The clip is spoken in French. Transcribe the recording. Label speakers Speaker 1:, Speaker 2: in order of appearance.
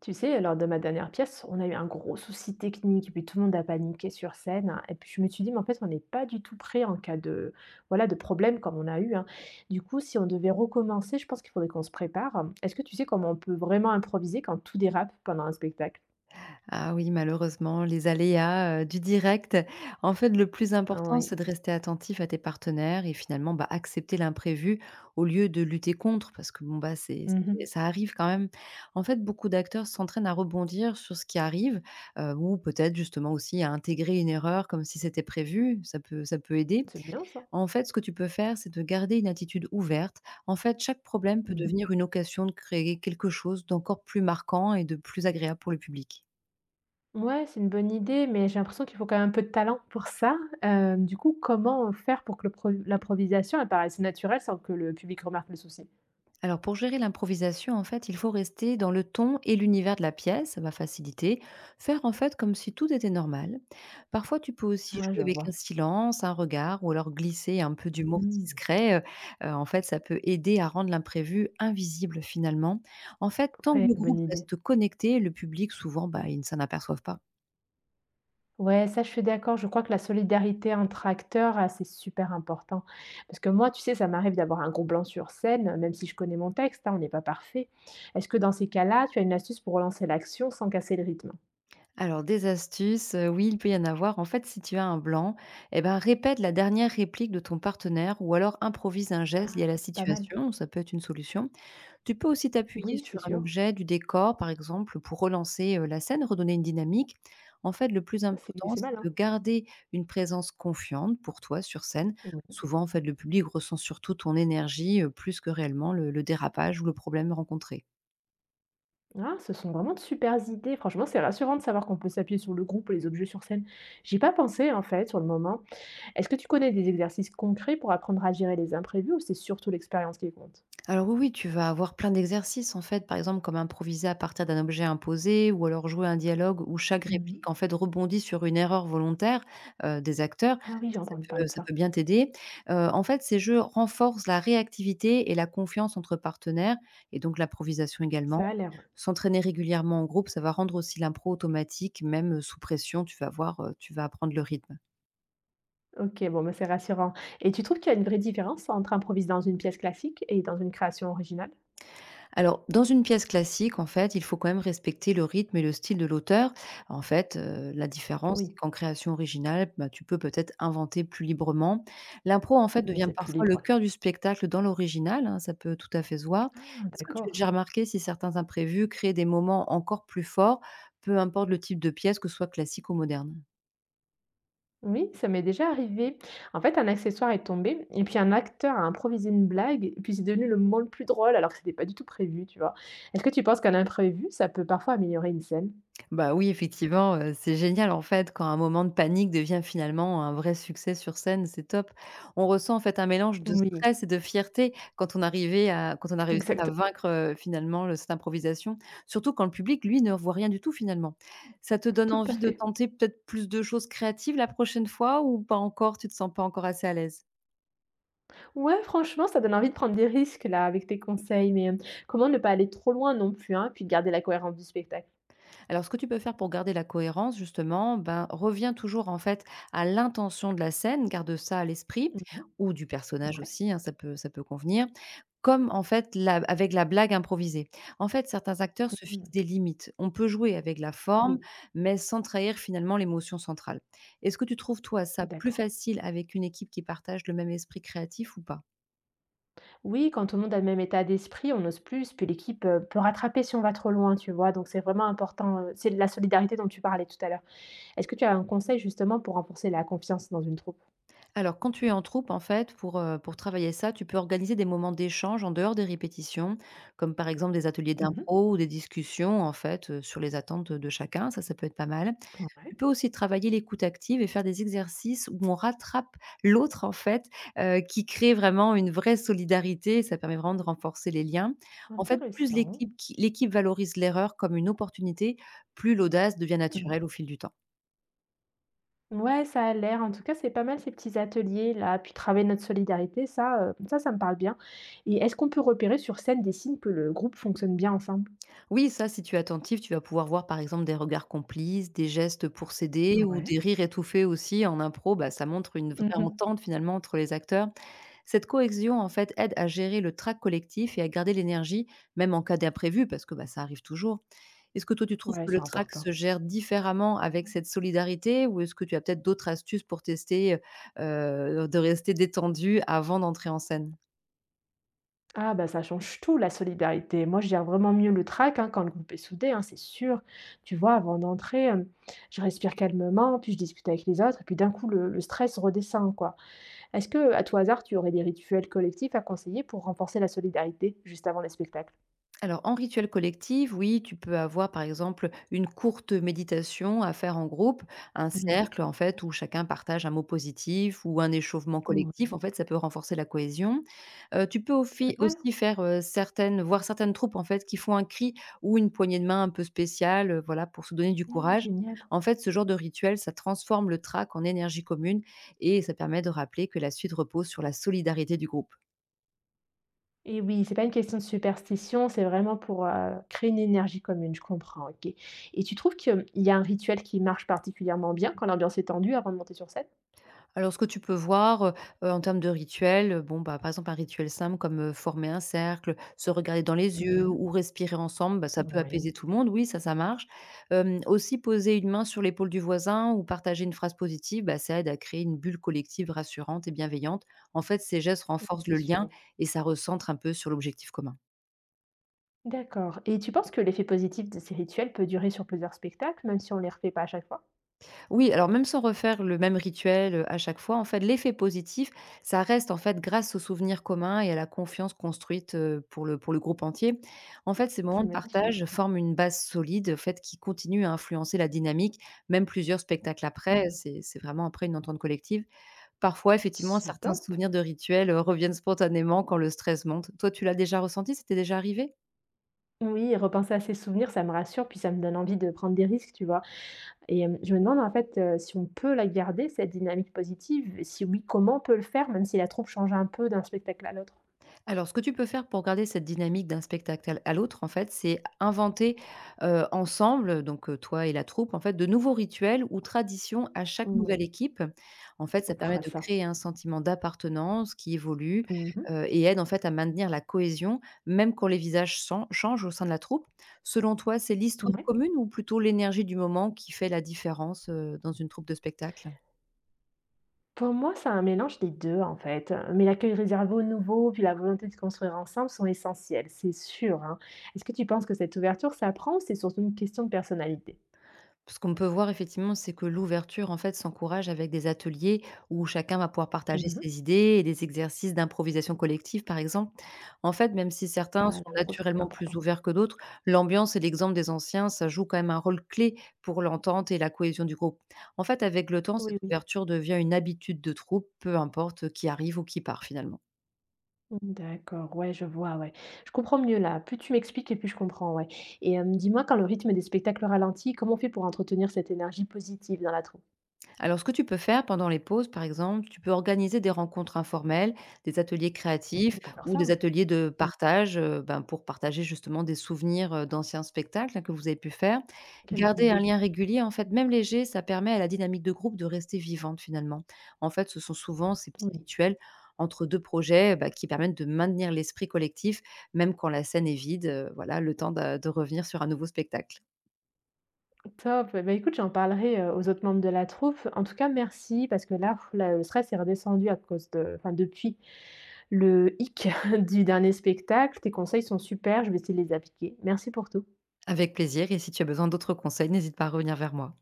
Speaker 1: Tu sais, lors de ma dernière pièce, on a eu un gros souci technique et puis tout le monde a paniqué sur scène, hein. Et puis je me suis dit, mais en fait, on n'est pas du tout prêt en cas de, voilà, de problème comme on a eu, hein. Du coup, si on devait recommencer, je pense qu'il faudrait qu'on se prépare. Est-ce que tu sais comment on peut vraiment improviser quand tout dérape pendant un spectacle?
Speaker 2: Ah oui, malheureusement, les aléas, du direct. En fait, le plus
Speaker 1: Ah
Speaker 2: important,
Speaker 1: oui.
Speaker 2: c'est de rester attentif à tes partenaires et finalement, bah, accepter l'imprévu au lieu de lutter contre parce que bon, bah, c'est
Speaker 1: Mhm.
Speaker 2: ça arrive quand même. En fait, beaucoup d'acteurs s'entraînent à rebondir sur ce qui arrive, ou peut-être justement aussi à intégrer une erreur comme si c'était prévu, ça peut aider.
Speaker 1: C'est bien ça.
Speaker 2: En fait, ce que tu peux faire, c'est de garder une attitude ouverte. En fait, chaque problème peut
Speaker 1: Mhm.
Speaker 2: devenir une occasion de créer quelque chose d'encore plus marquant et de plus agréable pour le public.
Speaker 1: Ouais, c'est une bonne idée, mais j'ai l'impression qu'il faut quand même un peu de talent pour ça. Du coup, comment faire pour que l'improvisation apparaisse naturelle sans que le public remarque le souci?
Speaker 2: Alors pour gérer l'improvisation, en fait, il faut rester dans le ton et l'univers de la pièce, ça va faciliter. Faire en fait comme si tout était normal. Parfois, tu peux aussi
Speaker 1: Ah,
Speaker 2: jouer
Speaker 1: je
Speaker 2: avec un
Speaker 1: vois.
Speaker 2: silence, un regard, ou alors glisser un peu d'humour discret. En fait, ça peut aider à rendre l'imprévu invisible finalement. En fait, tant que
Speaker 1: Ouais,
Speaker 2: le groupe
Speaker 1: bonne idée.
Speaker 2: reste connecté, le public souvent, bah, ils ne s'en aperçoivent pas.
Speaker 1: Ouais, ça, je suis d'accord. Je crois que la solidarité entre acteurs, ah, c'est super important. Parce que moi, tu sais, ça m'arrive d'avoir un gros blanc sur scène, même si je connais mon texte, hein, on n'est pas parfait. Est-ce que dans ces cas-là, tu as une astuce pour relancer l'action sans casser le rythme?
Speaker 2: Alors des astuces, oui, il peut y en avoir. En fait, si tu as un blanc, et ben, répète la dernière réplique de ton partenaire ou alors improvise un geste lié à
Speaker 1: Ah,
Speaker 2: la
Speaker 1: pas mal.
Speaker 2: situation, ça peut être une solution. Tu peux aussi t'appuyer
Speaker 1: Oui, c'est
Speaker 2: sur un
Speaker 1: sûr.
Speaker 2: objet du décor, par exemple, pour relancer, la scène, redonner une dynamique. En fait, le plus
Speaker 1: Ah, c'est
Speaker 2: important,
Speaker 1: c'est
Speaker 2: c'est de
Speaker 1: malin.
Speaker 2: garder une présence confiante pour toi sur scène.
Speaker 1: Oui.
Speaker 2: Souvent, en fait, le public ressent surtout ton énergie, plus que réellement le dérapage ou le problème rencontré.
Speaker 1: Ah, ce sont vraiment de supers idées. Franchement, c'est rassurant de savoir qu'on peut s'appuyer sur le groupe et les objets sur scène. J'y ai pas pensé, en fait, sur le moment. Est-ce que tu connais des exercices concrets pour apprendre à gérer les imprévus ou c'est surtout l'expérience qui compte?
Speaker 2: Alors oui, oui, tu vas avoir plein d'exercices en fait, par exemple comme improviser à partir d'un objet imposé ou alors jouer un dialogue où chaque
Speaker 1: Mhm.
Speaker 2: réplique en fait rebondit sur une erreur volontaire, des acteurs.
Speaker 1: Ah oui, j'ai
Speaker 2: Ça, ça
Speaker 1: entendu
Speaker 2: peut
Speaker 1: parler de
Speaker 2: ça peut
Speaker 1: ça.
Speaker 2: bien t'aider. En fait, ces jeux renforcent la réactivité et la confiance entre partenaires et donc l'improvisation également.
Speaker 1: Ça a l'air, ouais.
Speaker 2: S'entraîner régulièrement en groupe, ça va rendre aussi l'impro automatique, même, sous pression, tu vas voir, tu vas apprendre le rythme.
Speaker 1: OK, bon, mais c'est rassurant et tu trouves qu'il y a une vraie différence entre improviser dans une pièce classique et dans une création originale?
Speaker 2: Alors, dans une pièce classique, en fait, il faut quand même respecter le rythme et le style de l'auteur. En fait, la différence, c'est
Speaker 1: Oui,
Speaker 2: qu'en création originale, bah, tu peux peut-être inventer plus librement. L'impro, en fait,
Speaker 1: mmh,
Speaker 2: devient
Speaker 1: c'est plus
Speaker 2: parfois
Speaker 1: libre,
Speaker 2: le
Speaker 1: ouais.
Speaker 2: cœur du spectacle dans l'original, hein, ça peut tout à fait se voir.
Speaker 1: Ah
Speaker 2: Est-ce que tu as
Speaker 1: d'accord.
Speaker 2: déjà remarqué si certains imprévus créent des moments encore plus forts, peu importe le type de pièce, que ce soit classique ou moderne?
Speaker 1: Oui, ça m'est déjà arrivé. En fait, un accessoire est tombé et puis un acteur a improvisé une blague et puis c'est devenu le moment le plus drôle alors que c'était pas du tout prévu, tu vois? Est-ce que tu penses qu'un imprévu, ça peut parfois améliorer une scène?
Speaker 2: Bah oui, effectivement, c'est génial en fait quand un moment de panique devient finalement un vrai succès sur scène, c'est top. On ressent en fait un mélange de
Speaker 1: Oui,
Speaker 2: stress et de fierté quand on a réussi à
Speaker 1: exactement,
Speaker 2: vaincre, finalement le cette improvisation, surtout quand le public lui ne voit rien du tout finalement. Ça te donne
Speaker 1: tout à
Speaker 2: envie de
Speaker 1: fait.
Speaker 2: tenter peut-être plus de choses créatives la prochaine fois ou pas encore? Tu te sens pas encore assez à l'aise?
Speaker 1: Ouais, franchement, ça donne envie de prendre des risques là avec tes conseils, mais, comment ne pas aller trop loin non plus, hein, puis garder la cohérence du spectacle?
Speaker 2: Alors, ce que tu peux faire pour garder la cohérence, justement, ben, reviens toujours en fait à l'intention de la scène, garde ça à l'esprit,
Speaker 1: Mmh.
Speaker 2: ou du personnage
Speaker 1: Ouais.
Speaker 2: aussi, hein, ça peut convenir, comme en fait avec la blague improvisée. En fait, certains acteurs se fixent
Speaker 1: Mmh.
Speaker 2: des limites. On peut jouer avec la forme,
Speaker 1: Oui,
Speaker 2: mais sans trahir finalement l'émotion centrale. Est-ce que tu trouves, toi, ça plus
Speaker 1: d'accord.
Speaker 2: facile avec une équipe qui partage le même esprit créatif ou pas?
Speaker 1: Oui, quand tout le monde a le même état d'esprit, on ose plus, puis l'équipe, peut rattraper si on va trop loin, tu vois? Donc c'est vraiment important, c'est de la solidarité dont tu parlais tout à l'heure. Est-ce que tu as un conseil justement pour renforcer la confiance dans une troupe?
Speaker 2: Alors, quand tu es en troupe, en fait, pour travailler ça, tu peux organiser des moments d'échange en dehors des répétitions, comme par exemple des ateliers
Speaker 1: Mmh.
Speaker 2: d'impro ou des discussions, en fait, sur les attentes, de chacun. Ça peut être pas mal.
Speaker 1: Ouais,
Speaker 2: Tu peux aussi travailler l'écoute active et faire des exercices où on rattrape l'autre, en fait, qui crée vraiment une vraie solidarité. Ça permet vraiment de renforcer les liens. En fait, plus
Speaker 1: intéressant.
Speaker 2: l'équipe qui l'équipe valorise l'erreur comme une opportunité, plus l'audace devient
Speaker 1: Mmh.
Speaker 2: naturelle au fil du temps.
Speaker 1: Ouais, ça a l'air. En tout cas, c'est pas mal ces petits ateliers là. Puis travailler notre solidarité, ça, ça, ça me parle bien. Et est-ce qu'on peut repérer sur scène des signes que le groupe fonctionne bien ensemble?
Speaker 2: Oui, ça, si tu es attentif, tu vas pouvoir voir par exemple des regards complices, des gestes pour s'aider ou
Speaker 1: Ouais.
Speaker 2: des rires étouffés aussi en impro. Bah, ça montre une vraie
Speaker 1: Mmh.
Speaker 2: entente finalement entre les acteurs. Cette cohésion en fait aide à gérer le trac collectif et à garder l'énergie, même en cas d'imprévu, parce que bah, ça arrive toujours. Est-ce que toi tu trouves
Speaker 1: Ouais,
Speaker 2: que
Speaker 1: c'est
Speaker 2: le trac
Speaker 1: important.
Speaker 2: se gère différemment avec cette solidarité ou est-ce que tu as peut-être d'autres astuces pour tester de rester détendu avant d'entrer en scène?
Speaker 1: Ah bah, ça change tout la solidarité. Moi, je gère vraiment mieux le trac, hein, quand le groupe est soudé, hein, c'est sûr. Tu vois, avant d'entrer, je respire calmement, puis je discute avec les autres et puis d'un coup le stress redescend, quoi. Est-ce que, à tout hasard, tu aurais des rituels collectifs à conseiller pour renforcer la solidarité juste avant les spectacles?
Speaker 2: Alors, en rituel collectif, oui, tu peux avoir, par exemple, une courte méditation à faire en groupe, un
Speaker 1: Mmh.
Speaker 2: cercle, en fait, où chacun partage un mot positif ou un échauffement collectif. En fait, ça peut renforcer la cohésion. Tu peux
Speaker 1: C'est pas
Speaker 2: aussi,
Speaker 1: mal.
Speaker 2: aussi faire certaines, voir certaines troupes, en fait, qui font un cri ou une poignée de main un peu spéciale, voilà, pour se donner du
Speaker 1: Mmh,
Speaker 2: courage.
Speaker 1: génial.
Speaker 2: En fait, ce genre de rituel, ça transforme le trac en énergie commune et ça permet de rappeler que la suite repose sur la solidarité du groupe.
Speaker 1: Et oui, c'est pas une question de superstition, c'est vraiment pour, créer une énergie commune, je comprends, OK. Et tu trouves qu'il y a un rituel qui marche particulièrement bien quand l'ambiance est tendue avant de monter sur scène?
Speaker 2: Alors, ce que tu peux voir, en termes de rituels, bon, bah, par exemple, un rituel simple comme, former un cercle, se regarder dans les yeux
Speaker 1: Mmh.
Speaker 2: ou respirer ensemble, bah, ça peut apaiser
Speaker 1: Oui,
Speaker 2: tout le monde, oui, ça marche. Aussi poser une main sur l'épaule du voisin ou partager une phrase positive, bah, ça aide à créer une bulle collective rassurante et bienveillante. En fait, ces gestes
Speaker 1: oui,
Speaker 2: renforcent
Speaker 1: c'est
Speaker 2: le lien
Speaker 1: sûr.
Speaker 2: et ça recentre un peu sur l'objectif commun.
Speaker 1: D'accord, et tu penses que l'effet positif de ces rituels peut durer sur plusieurs spectacles, même si on ne les refait pas à chaque fois?
Speaker 2: Oui, alors même sans refaire le même rituel, à chaque fois, en fait, l'effet positif, ça reste, en fait, grâce aux souvenirs communs et à la confiance construite, pour le groupe entier. En fait, ces
Speaker 1: C'est
Speaker 2: moments de partage
Speaker 1: magnifique.
Speaker 2: forment une base solide, en fait, qui continue à influencer la dynamique, même plusieurs spectacles après.
Speaker 1: Mmh.
Speaker 2: C'est vraiment après une entente collective. Parfois, effectivement,
Speaker 1: C'est
Speaker 2: certains
Speaker 1: top.
Speaker 2: souvenirs de rituels, reviennent spontanément quand le stress monte. Toi, tu l'as déjà ressenti? C'était déjà arrivé?
Speaker 1: Oui, et repenser à ces souvenirs, ça me rassure, puis ça me donne envie de prendre des risques, tu vois? Et je me demande en fait, si on peut la garder cette dynamique positive et si oui, comment on peut le faire même si la troupe change un peu d'un spectacle à l'autre?
Speaker 2: Alors, ce que tu peux faire pour garder cette dynamique d'un spectacle à l'autre, en fait, c'est inventer ensemble, donc toi et la troupe, en fait, de nouveaux rituels ou traditions à chaque nouvelle
Speaker 1: Oui,
Speaker 2: équipe. En fait, ça
Speaker 1: on
Speaker 2: permet
Speaker 1: fera
Speaker 2: de
Speaker 1: ça.
Speaker 2: créer un sentiment d'appartenance qui évolue
Speaker 1: Mmh mh.
Speaker 2: et aide en fait à maintenir la cohésion, même quand les visages changent au sein de la troupe. Selon toi, c'est l'histoire commune ou plutôt l'énergie du moment qui fait la différence dans une troupe de spectacle?
Speaker 1: Pour moi, c'est un mélange des 2 en fait, mais l'accueil réservé aux nouveaux, puis la volonté de construire ensemble sont essentiels, c'est sûr, hein. Est-ce que tu penses que cette ouverture s'apprend ou c'est surtout une question de personnalité?
Speaker 2: Ce qu'on peut voir effectivement, c'est que l'ouverture, en fait, s'encourage avec des ateliers où chacun va pouvoir partager
Speaker 1: Mmh mh.
Speaker 2: ses idées et des exercices d'improvisation collective, par exemple. En fait, même si certains
Speaker 1: Voilà,
Speaker 2: sont
Speaker 1: un pro c'est
Speaker 2: naturellement plus
Speaker 1: important.
Speaker 2: ouverts que d'autres, l'ambiance et l'exemple des anciens, ça joue quand même un rôle clé pour l'entente et la cohésion du groupe. En fait, avec le temps, cette
Speaker 1: Oui, oui.
Speaker 2: ouverture devient une habitude de troupe, peu importe qui arrive ou qui part finalement.
Speaker 1: D'accord, ouais, je vois, ouais. Je comprends mieux là. Plus tu m'expliques et plus je comprends, ouais. Et dis-moi, quand le rythme des spectacles ralentit, comment on fait pour entretenir cette énergie positive dans la troupe?
Speaker 2: Alors, ce que tu peux faire pendant les pauses, par exemple, tu peux organiser des rencontres informelles, des ateliers créatifs
Speaker 1: On peut faire
Speaker 2: ou
Speaker 1: ça,
Speaker 2: des
Speaker 1: hein.
Speaker 2: ateliers de
Speaker 1: Mmh.
Speaker 2: partage, ben, pour partager justement des souvenirs, d'anciens spectacles hein, que vous avez pu faire.
Speaker 1: Quelle belle
Speaker 2: Garder un
Speaker 1: idée.
Speaker 2: lien régulier, en fait, même léger, ça permet à la dynamique de groupe de rester vivante finalement. En fait, ce sont souvent ces petits
Speaker 1: Oui.
Speaker 2: rituels entre 2 projets, bah, qui permettent de maintenir l'esprit collectif, même quand la scène est vide, voilà, le temps de revenir sur un nouveau spectacle.
Speaker 1: Top. Eh ben, écoute, j'en parlerai, aux autres membres de la troupe. En tout cas, merci parce que là, pff, là, le stress est redescendu à cause de enfin, depuis le hic du dernier spectacle. Tes conseils sont super, je vais essayer de les appliquer. Merci pour tout.
Speaker 2: Avec plaisir et si tu as besoin d'autres conseils, n'hésite pas à revenir vers moi.